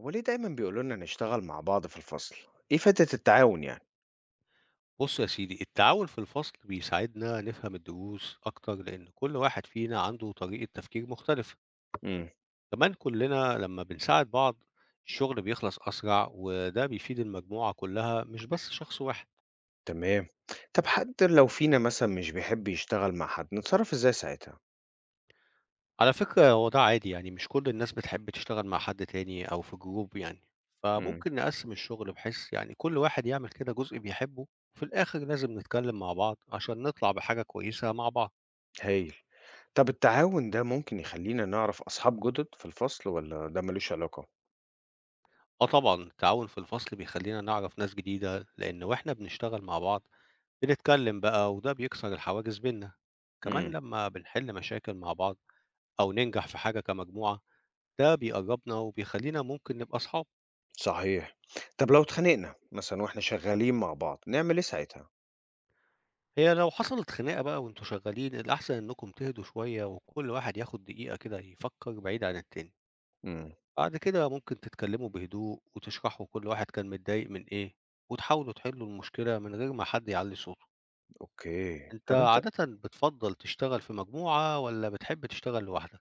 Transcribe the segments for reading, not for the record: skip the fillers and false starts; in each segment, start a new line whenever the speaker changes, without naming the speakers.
هو ليه دايما بيقولوا لنا نشتغل مع بعض في الفصل؟ ايه فائدة التعاون يعني؟
بُص يا سيدي، التعاون في الفصل بيساعدنا نفهم الدروس أكتر، لإن كل واحد فينا عنده طريقة تفكير مختلفة،
امم.
كمان كلنا لمّا بنساعد بعض الشغل بيخلص أسرع، وده بيفيد المجموعة كلها مش بس شخص واحد.
تمام. طب حتى لو فينا مثلا مش بيحب يشتغل مع حد نتصرف ازاي ساعتها؟
على فكرة هو ده عادي يعني مش كل الناس بتحب تشتغل مع حد تاني أو في جروب يعني،
امم.
فممكن نقسم الشغل بحيث يعني كل واحد يعمل كده جزء بيحبه، وفي الآخر لازم نتكلم مع بعض عشان نطلع بحاجة كويسة مع بعض.
هايل. طب التعاون ده ممكن يخلينا نعرف اصحاب جدد في الفصل ولا ده ملوش علاقة؟
آه طبعًا، التعاون في الفصل بيخلّينا نعرف ناس جديدة، لإن وإحنا بنشتغل مع بعض بنتكلم بقى وده بيكسر الحواجز بيننا، كمان
امم.
لمّا بنحل مشاكل مع بعض أو ننجح في حاجة كمجموعة، ده بيقرّبنا وبيخلّينا ممكن نبقى أصحاب.
صحيح. طب لو اتخانقنا مثلا واحنا شغالين مع بعض نعمل ايه ساعتها؟
هي لو حصلت خناقة بقى وأنتم شغالين، الأحسن إنكم تهدوا شوية وكل واحد ياخد دقيقة كده يفكر بعيد عن التاني،
امم.
بعد كده ممكن تتكلموا بهدوء وتشرحوا كل واحد كان متضايق من إيه وتحاولوا تحلوا المشكلة من غير ما حد يعلّي صوته.
اوكي.
أنت
طب انت.
عادةً بتفضّل تشتغل في مجموعة والّا بتحب تشتغل لوحدك؟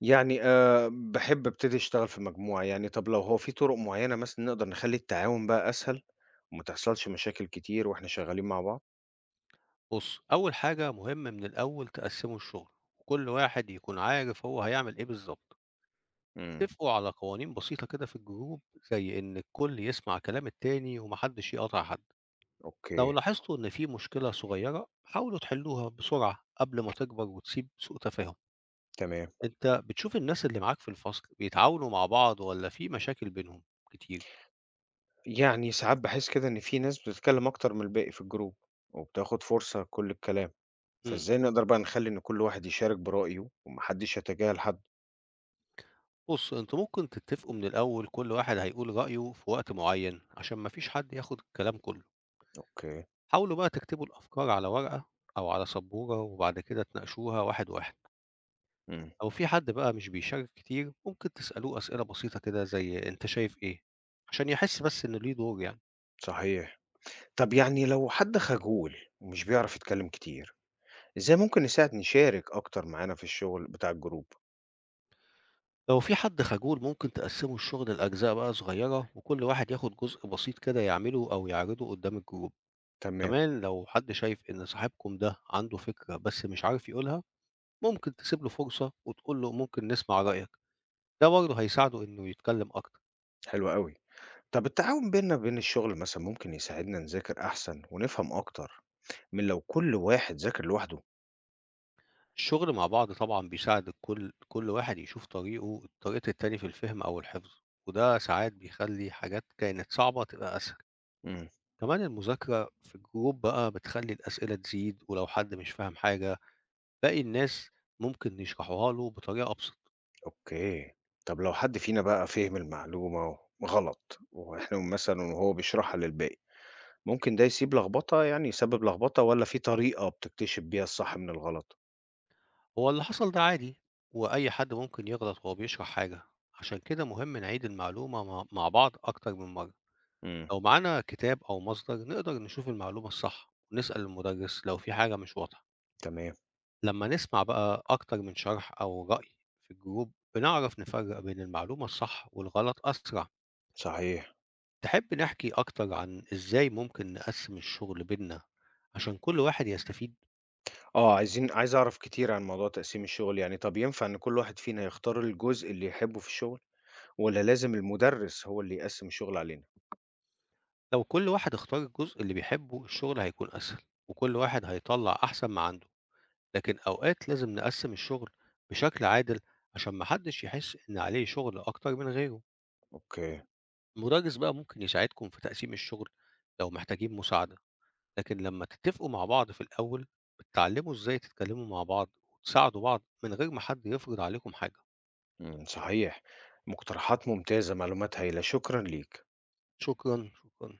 يعني باحب ابتدي اشتغل في مجموعة، يعني طب لو هو في طرق معيّنة مثلًا نقدر نخلّي التعاون بقى أسهل، وما تحصلش مشاكل كتير وإحنا شغالين مع بعض؟
بُص، أول حاجة مهم من الأول تقسّموا الشغل، وكل واحد يكون عارف هو هيعمل إيه بالضبط،
إمم،
اتفقوا على قوانين بسيطة كده في الجروب زي إن الكل يسمع كلام التاني وما حدش يقاطع حد، لو
أوكي،
لاحظتوا إن في مشكلة صغيرة حاولوا تحلوها بسرعة قبل ما تكبر وتسيب سوء تفاهم،
تمام.
أنت بتشوف الناس اللي معاك في الفصل بيتعاونوا مع بعض والّا في مشاكل بينهم كتير؟
يعني ساعات باحس كده إن في ناس بتتكلم أكتر من الباقي في الجروب، وبتاخد فرصة كل الكلام،
إمم.
فإزاي نقدر بقى نخلّي إن كل واحد يشارك برأيه، وما حدش يتجاهل حد؟
بُص، أنتم ممكن تتفقوا من الأول كل واحد هيقول رأيه في وقت معين عشان ما فيش حد ياخد الكلام كله،
أوكي،
حاولوا بقى تكتبوا الأفكار على ورقة أو على سبورة وبعد كده تناقشوها واحد واحد،
إمم،
لو في حد بقى مش بيشارك كتير ممكن تسألوه أسئلة بسيطة كده زي أنت شايف إيه؟ عشان يحس بس إنه ليه دور يعني،
صحيح. طب يعني لو حد خجول ومش بيعرف يتكلم كتير، إزاي ممكن نساعد نشارك أكتر معانا في الشغل بتاع الجروب؟
لو في حد خجول ممكن تقسموا الشغل لأجزاء بقى صغيرة وكل واحد ياخد جزء بسيط كده يعمله أو يعرضه قدام الجروب،
تمام.
كمان لو حد شايف إن صاحبكم ده عنده فكرة بس مش عارف يقولها ممكن تسيب له فرصة وتقول له ممكن نسمع رأيك، ده برضه هيساعده إنه يتكلم أكتر.
حلو أوي. طب التعاون بيننا وبين الشغل مثلًا ممكن يساعدنا نذاكر أحسن ونفهم أكتر من لو كل واحد ذاكر لوحده؟
الشغل مع بعض طبعًا بيساعد كل واحد يشوف طريقه طريقة التاني في الفهم أو الحفظ، وده ساعات بيخلي حاجات كانت صعبة تبقى أسهل.
إمم،
كمان المذاكرة في الجروب بقى بتخلي الأسئلة تزيد ولو حد مش فاهم حاجة باقي الناس ممكن يشرحوها له بطريقة أبسط.
أوكي. طب لو حد فينا بقى فهم المعلومة غلط وإحنا مثلًا وهو بيشرحها للباقي، ممكن ده يسيب لخبطة يعني يسبب لخبطة والّا في طريقة بتكتشف بيها الصح من الغلط؟
هو اللي حصل ده عادي وأي حد ممكن يغلط وهو بيشرح حاجة، عشان كده مهم نعيد المعلومة مع بعض أكتر من مرة.
إمم،
لو معانا كتاب أو مصدر نقدر نشوف المعلومة الصح ونسأل المدرس لو في حاجة مش واضحة
تمام،
لما نسمع بقى أكتر من شرح أو رأي في الجروب بنعرف نفرق بين المعلومة الصح والغلط أسرع.
صحيح.
تحب نحكي أكتر عن إزاي ممكن نقسم الشغل بينا عشان كل واحد يستفيد؟
آه، عايز أعرف كتير عن موضوع تقسيم الشغل يعني. طب ينفع إن كل واحد فينا يختار الجزء اللي يحبه في الشغل والّا لازم المدرس هو اللي يقسم الشغل علينا؟
لو كل واحد اختار الجزء اللي بيحبه الشغل هيكون أسهل وكل واحد هيطلع أحسن ما عنده، لكن أوقات لازم نقسم الشغل بشكل عادل عشان محدش يحس إن عليه شغل أكتر من غيره.
أوكي،
المدرس بقى ممكن يساعدكم في تقسيم الشغل لو محتاجين مساعدة، لكن لما تتفقوا مع بعض في الأول بتتعلموا إزاي تتكلموا مع بعض وتساعدوا بعض من غير ما حد يفرض عليكم حاجة.
إمم، صحيح، مقترحات ممتازة، معلومات هايلة، شكرًا ليك.
شكرا شكرا.